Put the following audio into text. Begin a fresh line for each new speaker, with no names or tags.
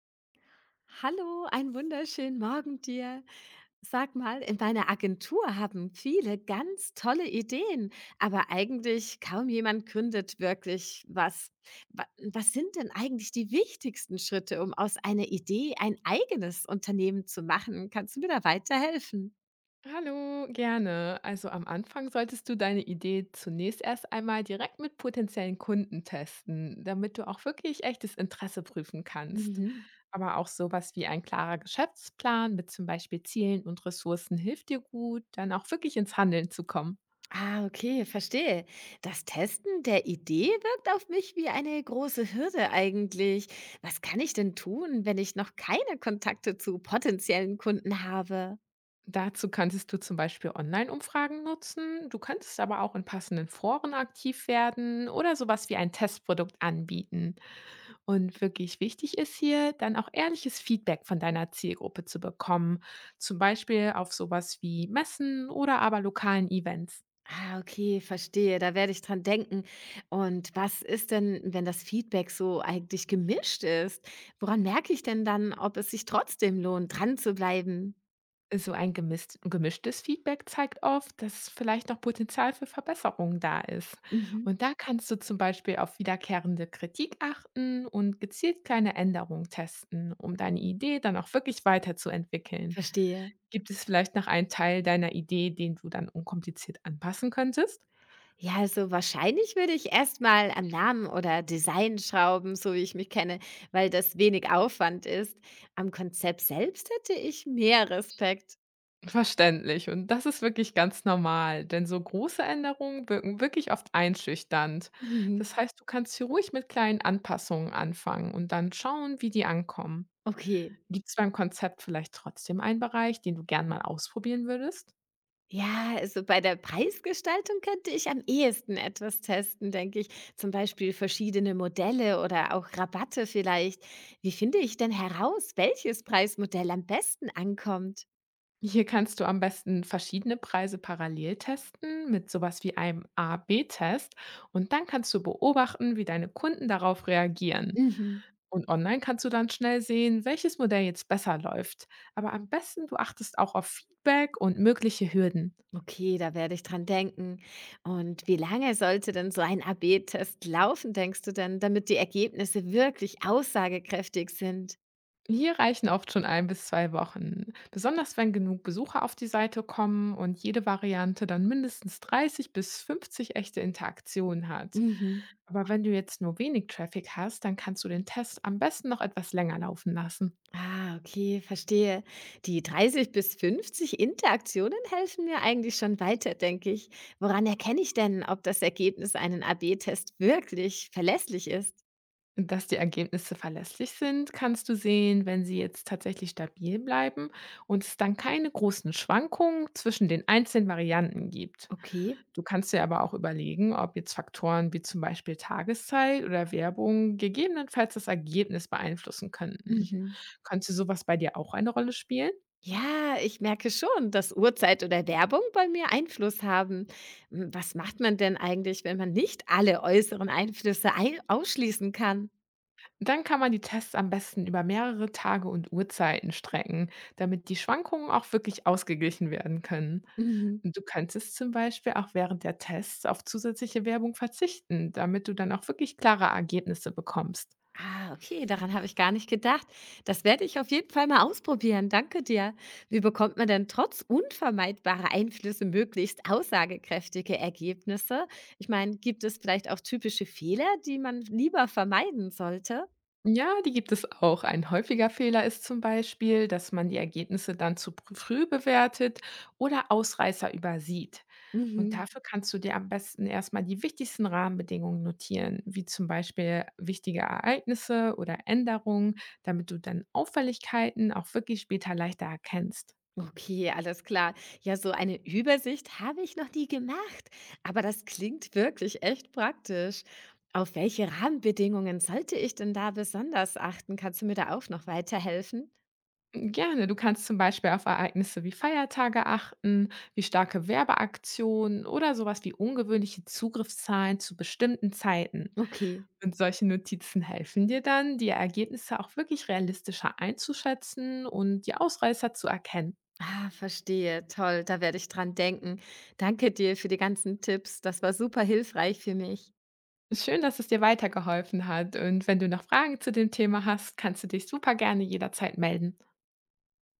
Hallo, einen wunderschönen Morgen dir. Sag mal, in meiner Agentur haben viele ganz tolle Ideen, aber eigentlich kaum jemand gründet wirklich was. Was sind denn eigentlich die wichtigsten Schritte, um aus einer Idee ein eigenes Unternehmen zu machen? Kannst du mir da weiterhelfen?
Hallo, gerne. Also am Anfang solltest du deine Idee zunächst erst einmal direkt mit potenziellen Kunden testen, damit du auch wirklich echtes Interesse prüfen kannst.
Mhm.
Aber auch sowas wie ein klarer Geschäftsplan mit zum Beispiel Zielen und Ressourcen hilft dir gut, dann auch wirklich ins Handeln zu kommen.
Ah, okay, verstehe. Das Testen der Idee wirkt auf mich wie eine große Hürde eigentlich. Was kann ich denn tun, wenn ich noch keine Kontakte zu potenziellen Kunden habe?
Dazu kannst du zum Beispiel Online-Umfragen nutzen. Du könntest aber auch in passenden Foren aktiv werden oder sowas wie ein Testprodukt anbieten. Und wirklich wichtig ist hier, dann auch ehrliches Feedback von deiner Zielgruppe zu bekommen. Zum Beispiel auf sowas wie Messen oder aber lokalen Events.
Ah, okay, verstehe. Da werde ich dran denken. Und was ist denn, wenn das Feedback so eigentlich gemischt ist? Woran merke ich denn dann, ob es sich trotzdem lohnt, dran zu bleiben?
So ein gemisst gemischtes Feedback zeigt oft, dass vielleicht noch Potenzial für Verbesserungen da ist.
Mhm,
Und da kannst du zum Beispiel auf wiederkehrende Kritik achten und gezielt kleine Änderungen testen, um deine Idee dann auch wirklich weiterzuentwickeln.
verstehe.
Gibt es vielleicht noch einen Teil deiner Idee, den du dann unkompliziert anpassen könntest?
Ja, also wahrscheinlich würde ich erstmal am Namen oder Design schrauben, so wie ich mich kenne, weil das wenig Aufwand ist. Am Konzept selbst hätte ich mehr Respekt.
Verständlich, und das ist wirklich ganz normal, denn so große Änderungen wirken wirklich oft einschüchternd. Das
Mhm.
heißt, du kannst hier ruhig mit kleinen Anpassungen anfangen und dann schauen, wie die ankommen.
Okay.
Gibt es beim Konzept vielleicht trotzdem einen Bereich, den du gern mal ausprobieren würdest?
Ja, also bei der Preisgestaltung könnte ich am ehesten etwas testen, denke ich. Zum Beispiel verschiedene Modelle oder auch Rabatte vielleicht. Wie finde ich denn heraus, welches Preismodell am besten ankommt?
Hier kannst du am besten verschiedene Preise parallel testen mit sowas wie einem A-B-Test, und dann kannst du beobachten, wie deine Kunden darauf reagieren.
Mhm.
Und online kannst du dann schnell sehen, welches Modell jetzt besser läuft. Aber am besten du achtest auch auf Feedback und mögliche Hürden.
Okay, da werde ich dran denken. Und wie lange sollte denn so ein AB-Test laufen, denkst du denn, damit die Ergebnisse wirklich aussagekräftig sind?
Hier reichen oft schon 1 bis 2 Wochen, besonders wenn genug Besucher auf die Seite kommen und jede Variante dann mindestens 30 bis 50 echte Interaktionen hat.
Mhm.
Aber wenn du jetzt nur wenig Traffic hast, dann kannst du den Test am besten noch etwas länger laufen lassen.
Ah, okay, verstehe. Die 30 bis 50 Interaktionen helfen mir eigentlich schon weiter, denke ich. Woran erkenne ich denn, ob das Ergebnis einen AB-Test wirklich verlässlich ist?
Dass die Ergebnisse verlässlich sind, kannst du sehen, wenn sie jetzt tatsächlich stabil bleiben und es dann keine großen Schwankungen zwischen den einzelnen Varianten gibt.
Okay.
Du kannst dir aber auch überlegen, ob jetzt Faktoren wie zum Beispiel Tageszeit oder Werbung gegebenenfalls das Ergebnis beeinflussen könnten.
Mhm.
Könnte sowas bei dir auch eine Rolle spielen?
Ja, ich merke schon, dass Uhrzeit oder Werbung bei mir Einfluss haben. Hm, was macht man denn eigentlich, wenn man nicht alle äußeren Einflüsse ein ausschließen kann?
Dann kann man die Tests am besten über mehrere Tage und Uhrzeiten strecken, damit die Schwankungen auch wirklich ausgeglichen werden können.
Mhm.
Du könntest zum Beispiel auch während der Tests auf zusätzliche Werbung verzichten, damit du dann auch wirklich klare Ergebnisse bekommst.
Ah, okay, daran habe ich gar nicht gedacht. Das werde ich auf jeden Fall mal ausprobieren. Danke dir. Wie bekommt man denn trotz unvermeidbarer Einflüsse möglichst aussagekräftige Ergebnisse? Ich meine, gibt es vielleicht auch typische Fehler, die man lieber vermeiden sollte?
Ja, die gibt es auch. Ein häufiger Fehler ist zum Beispiel, dass man die Ergebnisse dann früh bewertet oder Ausreißer übersieht. Und
Mhm.
dafür kannst du dir am besten erstmal die wichtigsten Rahmenbedingungen notieren, wie zum Beispiel wichtige Ereignisse oder Änderungen, damit du dann Auffälligkeiten auch wirklich später leichter erkennst.
Okay, alles klar. Ja, so eine Übersicht habe ich noch nie gemacht, aber das klingt wirklich echt praktisch. Auf welche Rahmenbedingungen sollte ich denn da besonders achten? Kannst du mir da auch noch weiterhelfen?
Gerne, du kannst zum Beispiel auf Ereignisse wie Feiertage achten, wie starke Werbeaktionen oder sowas wie ungewöhnliche Zugriffszahlen zu bestimmten Zeiten.
Okay.
Und solche Notizen helfen dir dann, die Ergebnisse auch wirklich realistischer einzuschätzen und die Ausreißer zu erkennen.
Ah, verstehe. Toll, da werde ich dran denken. Danke dir für die ganzen Tipps. Das war super hilfreich für mich.
Schön, dass es dir weitergeholfen hat. Und wenn du noch Fragen zu dem Thema hast, kannst du dich super gerne jederzeit melden.